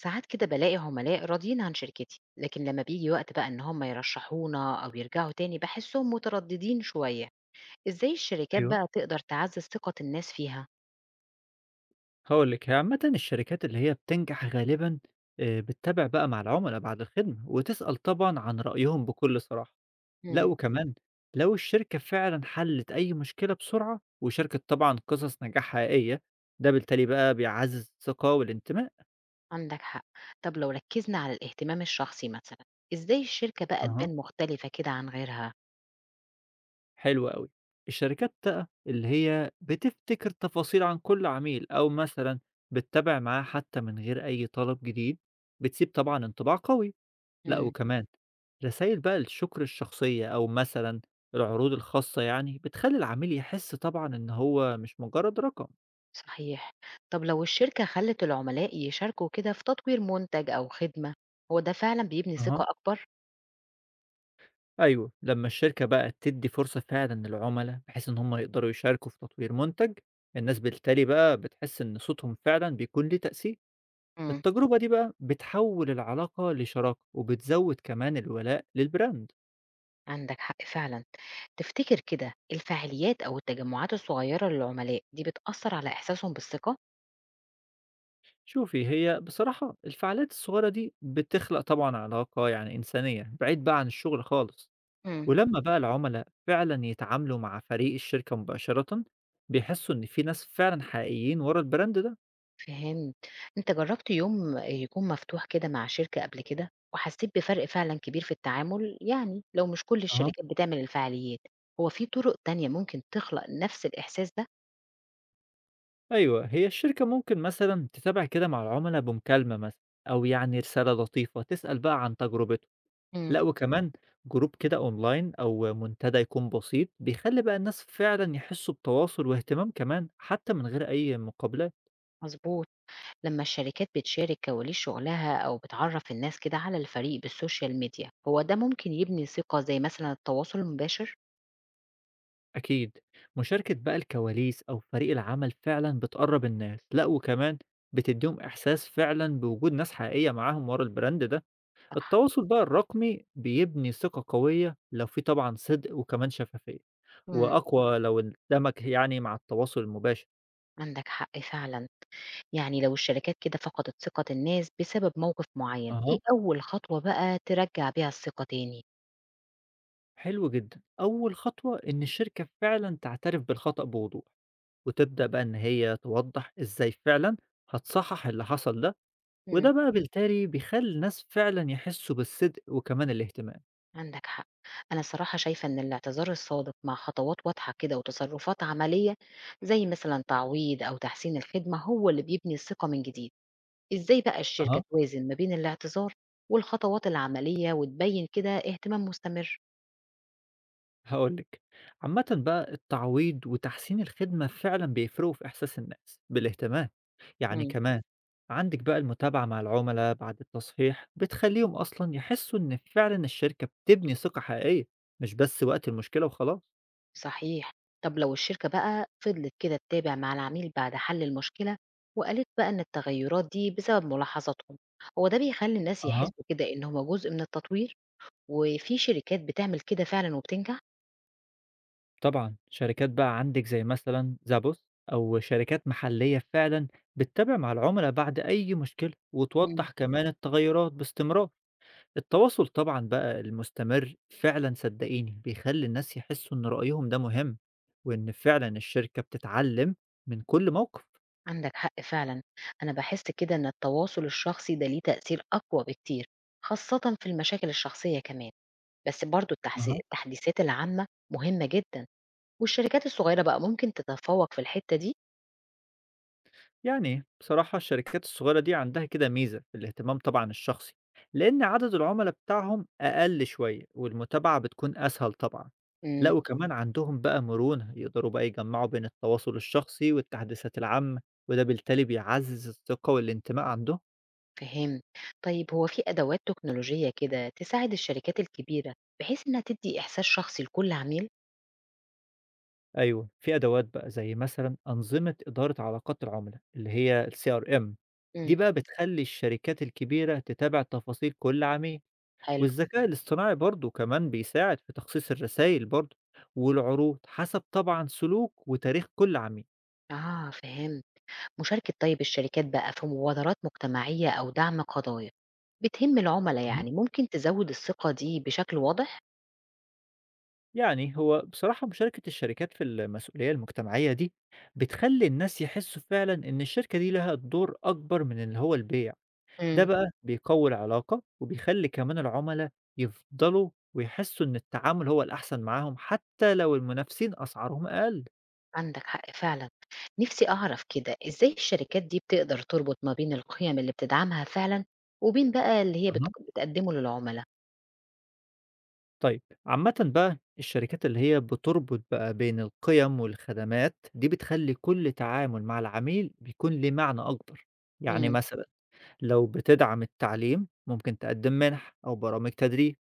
ساعات كده بالاقي عملاء راضيين عن شركتي، لكن لما بيجي وقت بقى ان هم يرشحونا او يرجعوا تاني بحسهم مترددين شوية. ازاي الشركات أيوه، بقى تقدر تعزز ثقة الناس فيها؟ هاقول لِك، هي عامةً الشركات اللي هي بتنجح غالبًا، بتتابع بقى مع العُملا بعد الخدمة، وتسأل طبعًا عن رأيهم بكل صراحة. لأ مم. وكمان، لو الشركة فعلًا حلّت أي مشكلة بسرعة، وشاركت طبعًا قصص نجاح حقيقية، ده بالتالي بقى بيعزّز الثقة والانتماء. عندك حق. طب لو ركزنا على الاهتمام الشخصي مثلا، ازاي الشركة بقى أها. تبان مختلفة كده عن غيرها؟ حلو أوي. الشركات بقى اللي هي بتفتكر تفاصيل عن كل عميل، أو مثلًا بتتابع معاه حتى من غير أي طلب جديد، بتسيب طبعًا انطباع قوي. لأ مم. وكمان، رسايل بقى الشكر الشخصية أو مثلًا العروض الخاصة يعني بتخلّي العميل يحس طبعًا إن هو مش مجرد رقم. صحيح. طب لو الشركة خلت العملاء يشاركوا كده في تطوير منتج او خدمة، هو ده فعلا بيبني أها. ثقة اكبر؟ أيوه، لمّا الشركة بقى تدّي فرصة فعلًا للعملا بحيث إن هم يقدروا يشاركوا في تطوير منتج، الناس بالتالي بقى بتحس إن صوتهم فعلًا بيكون ليه تأثير. مم. التجربة دي بقى بتحوّل العلاقة لشراكة وبتزوّد كمان الولاء للbrand. عندك حق فعلا. تفتكر كده الفعاليات أو التجمعات الصغيرة للعملاء دي بتأثر على إحساسهم بالثقة؟ شوفي، هي بصراحة الفعاليات الصغيرة دي بتخلق طبعًا علاقة يعني إنسانية بعيد بقى عن الشغل خالص. مم. ولمّا بقى العُملا فعلًا يتعاملوا مع فريق الشركة مباشرةً، بيحسّوا إن في ناس فعلًا حقيقيين ورا الbrand ده. فهمت. أنت جربت يوم يكون مفتوح كده مع شركة قبل كده وحسيت بفرق فعلا كبير في التعامل؟ يعني لو مش كل أها. الشركات بتعمل الفعاليات، هو في طرق تانية ممكن تخلق نفس الإحساس ده؟ أيوه، هي الشركة ممكن مثلًا تتابع كده مع العُملا بمكالمة مثلًا أو يعني رسالة لطيفة تسأل بقى عن تجربتهم. لأ مم. وكمان، جروب كده online أو منتدى يكون بسيط، بيخلّي بقى الناس فعلًا يحسّوا بتواصل واهتمام كمان، حتى من غير أي مقابلات. مظبوط. لما الشركات بتشارك كواليس شغلها أو بتعرف الناس كده على الفريق بالسوشيال ميديا، هو ده ممكن يبني ثقة زي مثلا التواصل المباشر؟ أكيد، مشاركة بقى الكواليس أو فريق العمل فعلا بتقرب الناس. لأ وكمان بتديهم إحساس فعلا بوجود ناس حقيقية معاهم ورا البراند ده. صح. التواصل بقى الرقمي بيبني ثقة قوية لو في طبعا صدق وكمان شفافية، مم. وأقوى لو اندمج يعني مع التواصل المباشر. عندك حق فعلا. يعني لو الشركات كده فقدت ثقة الناس بسبب موقف معين، أها، ايه أول خطوة بقى ترجع بيها الثقة تاني؟ حلو جدا. أول خطوة إن الشركة فعلا تعترف بالخطأ بوضوح، وتبدأ بقى إن هي توضح إزاي فعلا هتصحح اللي حصل ده، وده مم. بقى بالتالي بيخلّي الناس فعلًا يحسّوا بالصدق وكمان الاهتمام. عندك حق. أنا صراحة شايفة إن الاعتذار الصادق مع خطوات واضحة كده وتصرفات عملية، زي مثلا تعويض أو تحسين الخدمة، هو اللي بيبني الثقة من جديد. إزاي بقى الشركة أها. توازن ما بين الاعتذار والخطوات العملية وتبين كده اهتمام مستمر؟ هاقول لِك، عامةً بقى التعويض وتحسين الخدمة فعلًا بيفرقوا في إحساس الناس بالاهتمام، يعني كمان عندِك بقى المتابعة مع العملا بعد التصحيح بتخلّيهم أصلًا يحسّوا إن فعلًا الشركة بتبني ثقة حقيقية، مش بس وقت المشكلة وخلاص. صحيح. طب لو الشركة بقى فضلت كده تتابع مع العميل بعد حل المشكلة، وقالت بقى إن التغيرات دي بسبب ملاحظاتهم، هو ده بيخلي الناس أها. يحسوا كده إن هما جزء من التطوير؟ وفي شركات بتعمل كده فعلا وبتنجح؟ طبعًا، شركات بقى عندِك زي مثلًا زابوس أو شركات محلية فعلًا بتتابع مع العملا بعد أي مشكلة، مم. وتوضّح كمان التغيرات باستمرار. التواصل طبعًا بقى المستمر فعلًا صدقيني بيخلّي الناس يحسّوا إن رأيهم ده مهم، وإن فعلًا الشركة بتتعلّم من كل موقف. عندك حق فعلا. أنا بحس كده إن التواصل الشخصي ده ليه تأثير أقوى بكتير، خاصة في المشاكل الشخصية كمان. بس برضو التحديثات العامة مهمة جدا، والشركات الصغيرة بقى ممكن تتفوق في الحتة دي. يعني بصراحة الشركات الصغيرة دي عندها كده ميزة في الاهتمام طبعا الشخصي، لأن عدد العملاء بتاعهم أقل شوية والمتابعة بتكون أسهل طبعا. لا وكمان عندهم بقى مرونة يقدروا بقى يجمعوا بين التواصل الشخصي والتحديثات العامة، وده بالتالي بيعزز الثقة والانتماء عندهم. فهمت. طيب هو في أدوات تكنولوجية كده تساعد الشركات الكبيرة بحيث إنها تدّي إحساس شخصي لكل عميل؟ أيوة، في أدوات بقى زي مثلا أنظمة إدارة علاقات العملاء اللي هي ال CRM، دي امم بقى بتخلي الشركات الكبيرة تتابع تفاصيل كل عميل. حلو. والذكاء الاصطناعي برضه كمان بيساعد في تخصيص الرسائل برضه والعروض حسب طبعا سلوك وتاريخ كل عميل. آه فهمت. مشاركة، طيب الشركات بقى في مبادرات مجتمعية أو دعم قضايا بتهم العملاء مهم. يعني ممكن تزود الثقة دي بشكل واضح؟ يعني هو بصراحة مشاركة الشركات في المسؤولية المجتمعية دي بتخلي الناس يحسوا فعلا إن الشركة دي لها دور أكبر من اللي هو البيع. ده امم بقى بيقوي العلاقة وبيخلي كمان العملاء يفضلوا ويحسوا إن التعامل هو الأحسن معاهم حتى لو المنافسين أسعارهم أقل. عندك حق فعلا. نفسي أعرف كده إزاي الشركات دي بتقدر تربط ما بين القيم اللي بتدعمها فعلا، وبين بقى اللي هي بتقدمه للعملاء؟ طيب، عامةً بقى الشركات اللي هي بتربط بقى بين القيم والخدمات، دي بتخلّي كل تعامل مع العميل بيكون ليه معنى أكبر، يعني مثلًا لو بتدعم التعليم ممكن تقدّم مِنَح أو برامج تدريب،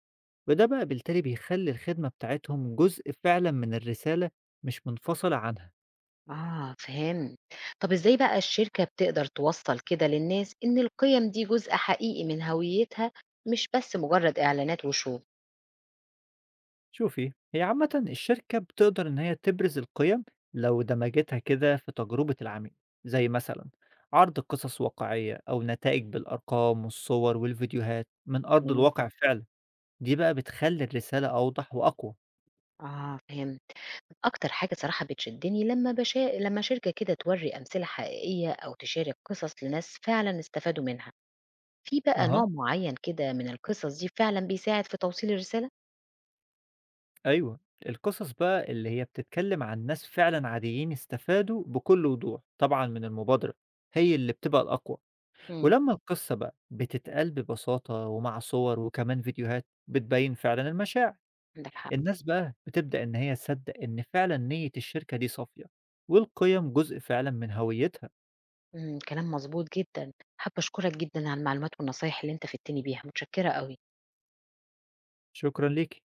وده بقى بالتالي بيخلّي الخدمة بتاعتهم جزء فعلًا من الرسالة، مش منفصلة عنها. آه فهمت. طب إزاي بقى الشركة بتقدر توصل كده للناس إن القيم دي جزء حقيقي من هويتها، مش بس مجرد إعلانات وشو؟ شوفي، هي عامة الشركة بتقدر إن هي تبرز القيم لو دمجتها كده في تجربة العميل، زي مثلا عرض قصص واقعية أو نتائج بالأرقام والصور والفيديوهات من أرض مم. الواقع فعلا. دي بقى بتخلي الرسالة أوضح وأقوى. آه فهمت. أكتر حاجة صراحة بتشدني لما لما شركة كده توري أمثلة حقيقية أو تشارك قصص لناس فعلا استفادوا منها. في بقى أها. نوع معين كده من القصص دي فعلا بيساعد في توصيل الرسالة؟ أيوة، القصص بقى اللي هي بتتكلم عن ناس فعلا عاديين استفادوا بكل وضوح طبعا من المبادرة هي اللي بتبقى الأقوى. مم. ولما القصة بقى بتتقال ببساطة ومع صور وكمان فيديوهات بتبين فعلا المشاعر، عندك حق. الناس بقى بتبدأ إن هي تصدق إن فعلا نية الشركة دي صافية والقيم جزء فعلا من هويتها. مم. كلام مظبوط جدا. حابة أشكرك جدا على المعلومات والنصايح اللي أنت فدتني بيها. متشكرة قوي. شكرا ليك.